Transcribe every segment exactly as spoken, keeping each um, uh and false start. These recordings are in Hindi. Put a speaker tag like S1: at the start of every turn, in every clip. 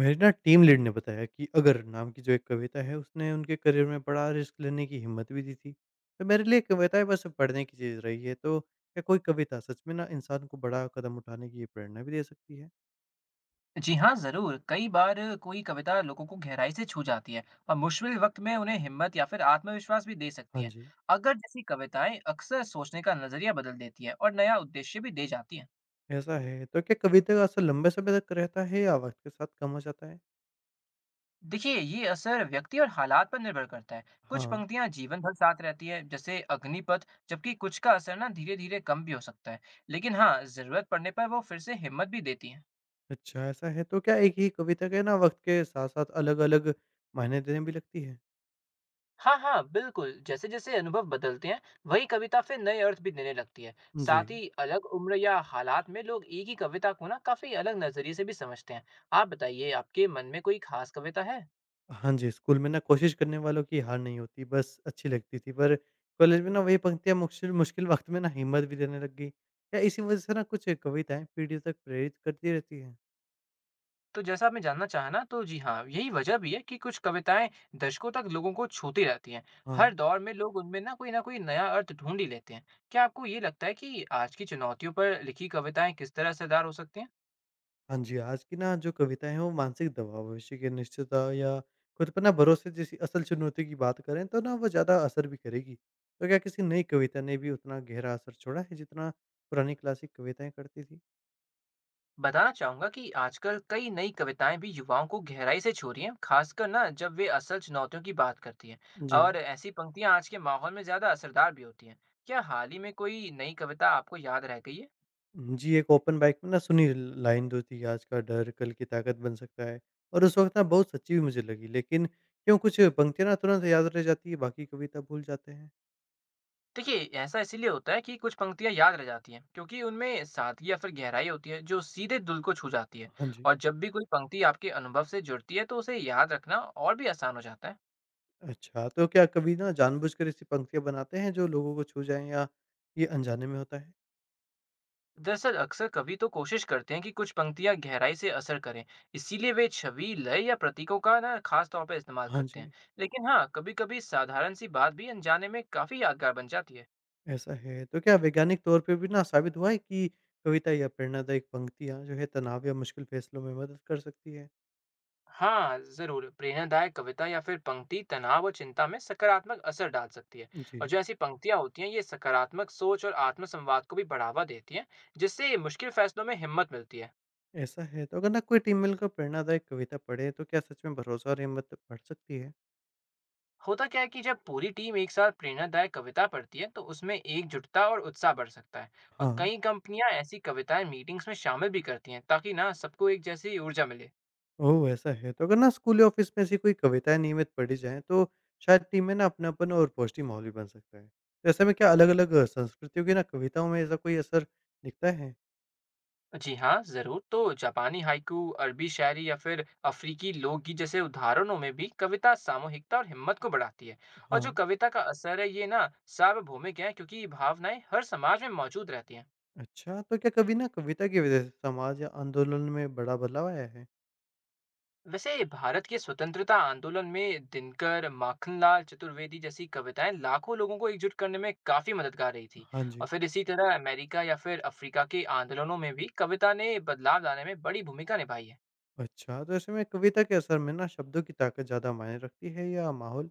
S1: मेरे ना टीम लीड ने बताया कि अगर नाम की जो एक कविता है उसने उनके करियर में बड़ा रिस्क लेने की हिम्मत भी दी थी। तो मेरे लिए कविताएं बस पढ़ने की चीज़ रही है। तो क्या कोई कविता सच में ना इंसान को बड़ा कदम उठाने की प्रेरणा भी दे सकती है?
S2: जी हाँ, ज़रूर। कई बार कोई कविता लोगों को गहराई से छू जाती है और मुश्किल वक़्त में उन्हें हिम्मत या फिर आत्मविश्वास भी दे सकती
S1: हाँ
S2: है।
S1: जी।
S2: अगर जैसी कविताएँ अक्सर सोचने का नज़रिया बदल देती हैं और नया उद्देश्य भी दे जाती हैं।
S1: ऐसा है, तो क्या कविता का असर लंबे समय तक रहता है या वक्त के साथ कम हो जाता है?
S2: देखिए, ये असर व्यक्ति और हालात पर निर्भर करता है। कुछ
S1: हाँ।
S2: पंक्तियाँ जीवन भर साथ रहती है, जैसे अग्निपथ, जबकि कुछ का असर ना धीरे-धीरे कम भी हो सकता है। लेकिन हाँ, ज़रूरत पड़ने पर वो फिर से हिम्मत भी देती हैं।
S1: अच्छा, ऐसा है तो क्या एक ही कविता के ना वक्त के साथ साथ अलग अलग मायने देने भी लगती है?
S2: हाँ, हाँ, बिल्कुल। जैसे-जैसे अनुभव बदलते हैं, वही कविता फिर नए अर्थ भी देने लगती है।
S1: जी।
S2: साथ ही अलग उम्र या हालात में लोग एक ही कविता को ना काफ़ी अलग नज़रिए से भी समझते हैं। आप बताइए, आपके मन में कोई ख़ास कविता है?
S1: हाँ जी, स्कूल में ना कोशिश करने वालों की हार नहीं होती, बस अच्छी लगती थी। पर कॉलेज में ना वही पंक्तियाँ मुश्किल मुश्किल वक़्त में ना हिम्मत भी देने लग गई। क्या इसी वज़ह से ना कुछ कविताएँ पीढ़ियों तक प्रेरित करती रहती हैं?
S2: तो जैसा आपने जानना चाहा ना, तो जी हाँ, यही वजह भी है कि कुछ कविताएँ दशकों तक लोगों को छूती रहती हैं।
S1: हाँ।
S2: हर दौर में लोग उनमें ना कोई न कोई नया अर्थ ढूँढ ही लेते हैं। क्या आपको ये लगता है कि आज की चुनौतियों पर लिखी कविताएँ किस तरह असरदार हो सकती हैं?
S1: हाँ जी, आज की ना जो कविताएँ हैं वो मानसिक दबाव, भविष्य की अनिश्चितता या खुद पर ना भरोसे जैसी असल चुनौती की बात करें तो ना वो ज़्यादा असर भी करेगी। तो क्या किसी नई कविता ने भी उतना गहरा असर छोड़ा है जितना पुरानी क्लासिक कविताएँ करती थी?
S2: बताना चाहूंगा कि आजकल कई नई कविताएं भी युवाओं को गहराई से छू रही हैं, खासकर ना जब वे असल चुनौतियों की बात करती हैं।
S1: जी।
S2: और ऐसी पंक्तियां आज के माहौल में ज्यादा असरदार भी होती हैं। क्या हाल ही में कोई नई कविता आपको याद रह गई है?
S1: जी, एक ओपन माइक में ना सुनी लाइन जो थी, आज का डर कल की ताकत बन सकता है, और उस वक़्त ना बहुत सच्ची भी मुझे लगी। लेकिन क्यों कुछ पंक्तियाँ ना तुरंत याद रह जाती है, बाकी कविता भूल जाते हैं?
S2: देखिए, ऐसा इसीलिए होता है कि कुछ पंक्तियां याद रह जाती हैं, क्योंकि उनमें सादगी या फिर गहराई होती है जो सीधे दिल को छू जाती है।
S1: हाँ जी।
S2: और जब भी कोई पंक्ति आपके अनुभव से जुड़ती है, तो उसे याद रखना और भी आसान हो जाता है।
S1: अच्छा, तो क्या कवि ना जानबूझकर ऐसी पंक्तियाँ बनाते हैं जो लोगों को छू जाएँ या ये अनजाने में होता है?
S2: दरअसल अक्सर कवि तो कोशिश करते हैं कि कुछ पंक्तियां गहराई से असर करें, इसीलिए वे छवि लय या प्रतीकों का ना खास तौर पर इस्तेमाल
S1: हाँ
S2: करते हैं।
S1: जी,
S2: लेकिन हाँ, कभी कभी साधारण सी बात भी अनजाने में काफी यादगार बन जाती है।
S1: ऐसा है। तो क्या वैज्ञानिक तौर पे भी ना साबित हुआ है कि कविता या प्रेरणादायक पंक्तियाँ जो है तनाव या मुश्किल फैसलों में मदद कर सकती है?
S2: हाँ जरूर प्रेरणादायक कविता या फिर पंक्ति तनाव और चिंता में सकारात्मक असर डाल सकती है। और जो
S1: जी।
S2: ऐसी पंक्तियां होती हैं ये सकारात्मक सोच और आत्मसंवाद को भी बढ़ावा देती हैं, जिससे मुश्किल फैसलों में हिम्मत मिलती है।
S1: ऐसा है, तो अगर ना कोई टीम मिलकर प्रेरणादायक कविता पढ़े, तो क्या सच में भरोसा और हिम्मत बढ़ सकती है?
S2: होता क्या है कि जब पूरी टीम एक साथ प्रेरणादायक कविता पढ़ती है तो उसमें एकजुटता और उत्साह बढ़ सकता है। और
S1: हाँ।
S2: कई कंपनियां ऐसी कविताएं मीटिंग्स में शामिल भी करती हैं ताकि ना सबको एक जैसी ऊर्जा मिले।
S1: ओह! ऐसा है, तो अगर ना स्कूल या ऑफिस में ऐसी कोई कविताएँ नियमित पढ़ी जाएँ, तो शायद टीम में ना अपनापन और पॉजिटिव माहौल भी बन सकता है। तो ऐसे में क्या अलग-अलग संस्कृतियों की ना कविताओं में ऐसा कोई असर दिखता है?
S2: जी हाँ जरूर तो जापानी हाइकू, अरबी शायरी या फिर अफ्रीकी लोकगीत जैसे उदाहरणों में भी कविता सामूहिकता और हिम्मत को बढ़ाती है। और
S1: हाँ।
S2: जो कविता का असर है ये ना सार्वभौमिक है, क्योंकि ये भावनाएं हर समाज में मौजूद रहती हैं।
S1: अच्छा, तो क्या कभी ना कविता की वजह से समाज या आंदोलन में बड़ा बदलाव आया है?
S2: वैसे भारत के स्वतंत्रता आंदोलन में दिनकर, माखनलाल चतुर्वेदी जैसी कविताएं लाखों लोगों को एकजुट करने में काफी मददगार रही थी।
S1: हाँ
S2: और
S1: जी।
S2: फिर इसी तरह अमेरिका या फिर अफ्रीका के आंदोलनों में भी कविता ने बदलाव लाने में बड़ी भूमिका निभाई है।
S1: अच्छा, तो ऐसे में कविता के असर में ना शब्दों की ताकत ज़्यादा मायने रखती है या माहौल?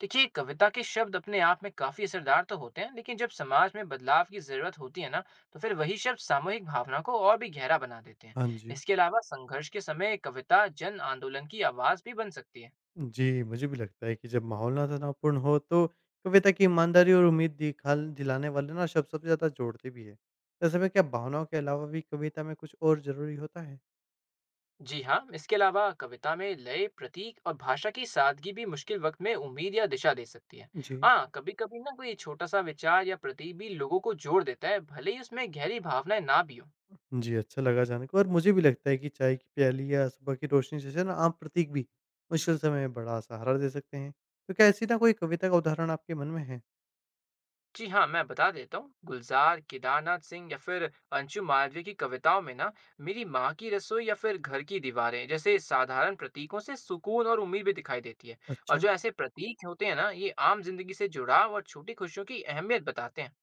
S2: देखिए, कविता के शब्द अपने आप में काफी असरदार तो होते हैं, लेकिन जब समाज में बदलाव की जरूरत होती है ना तो फिर वही शब्द सामूहिक भावना को और भी गहरा बना देते हैं।
S1: हाँ जी।
S2: इसके अलावा संघर्ष के समय कविता जन आंदोलन की आवाज भी बन सकती है।
S1: जी, मुझे भी लगता है कि जब माहौल ना तनावपूर्ण हो तो कविता की ईमानदारी और उम्मीद दिखाल दिलाने वाले ना शब्द सबसे ज़्यादा जोड़ते भी है। ऐसे में क्या भावनाओं के अलावा भी कविता में कुछ और ज़रूरी होता है?
S2: जी हाँ, इसके अलावा कविता में लय, प्रतीक और भाषा की सादगी भी मुश्किल वक्त में उम्मीद या दिशा दे सकती है।
S1: जी।
S2: हाँ कभी कभी ना कोई छोटा सा विचार या प्रतीक भी लोगों को जोड़ देता है, भले ही उसमें गहरी भावनाएं ना भी हो।
S1: जी, अच्छा लगा जान के। और मुझे भी लगता है कि चाय की प्याली या सुबह की रोशनी जैसे ना आम प्रतीक भी मुश्किल समय में बड़ा सहारा दे सकते हैं। तो क्या ऐसी ना कोई कविता का उदाहरण आपके मन में है?
S2: जी हाँ, मैं बता देता हूँ, गुलजार, केदारनाथ सिंह या फिर अंशु मालवीय की कविताओं में ना मेरी माँ की रसोई या फिर घर की दीवारें जैसे साधारण प्रतीकों से सुकून और उम्मीद भी दिखाई देती है। और
S1: अच्छा।
S2: जो ऐसे प्रतीक होते हैं ना ये आम जिंदगी से जुड़ाव और छोटी खुशियों की अहमियत बताते हैं।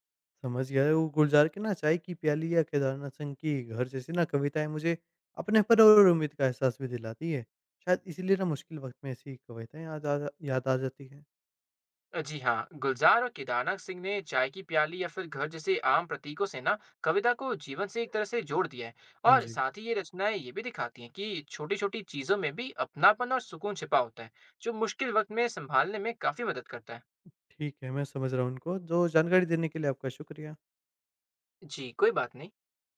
S1: समझ गया है। वो गुलजार की ना चाय की प्याली या केदारनाथ संघ की घर जैसी ना कविताएं मुझे अपनेपन और उम्मीद का एहसास भी दिलाती है। शायद इसीलिए ना मुश्किल वक्त में ऐसी कविताएं याद आ याद आ जाती हैं।
S2: जी हाँ, गुलजार और केदारनाथ सिंह ने चाय की प्याली या फिर घर जैसे आम प्रतीकों से ना कविता को जीवन से एक तरह से जोड़ दिया है।
S1: हाँ
S2: और
S1: जी,
S2: साथ ही ये रचनाएं ये भी दिखाती हैं कि छोटी छोटी चीजों में भी अपनापन और सुकून छिपा होता है, जो मुश्किल वक्त में संभालने में काफी मदद करता है।
S1: ठीक है, मैं समझ रहा हूँ उनको। जो जानकारी देने के लिए आपका शुक्रिया।
S2: जी, कोई बात नहीं।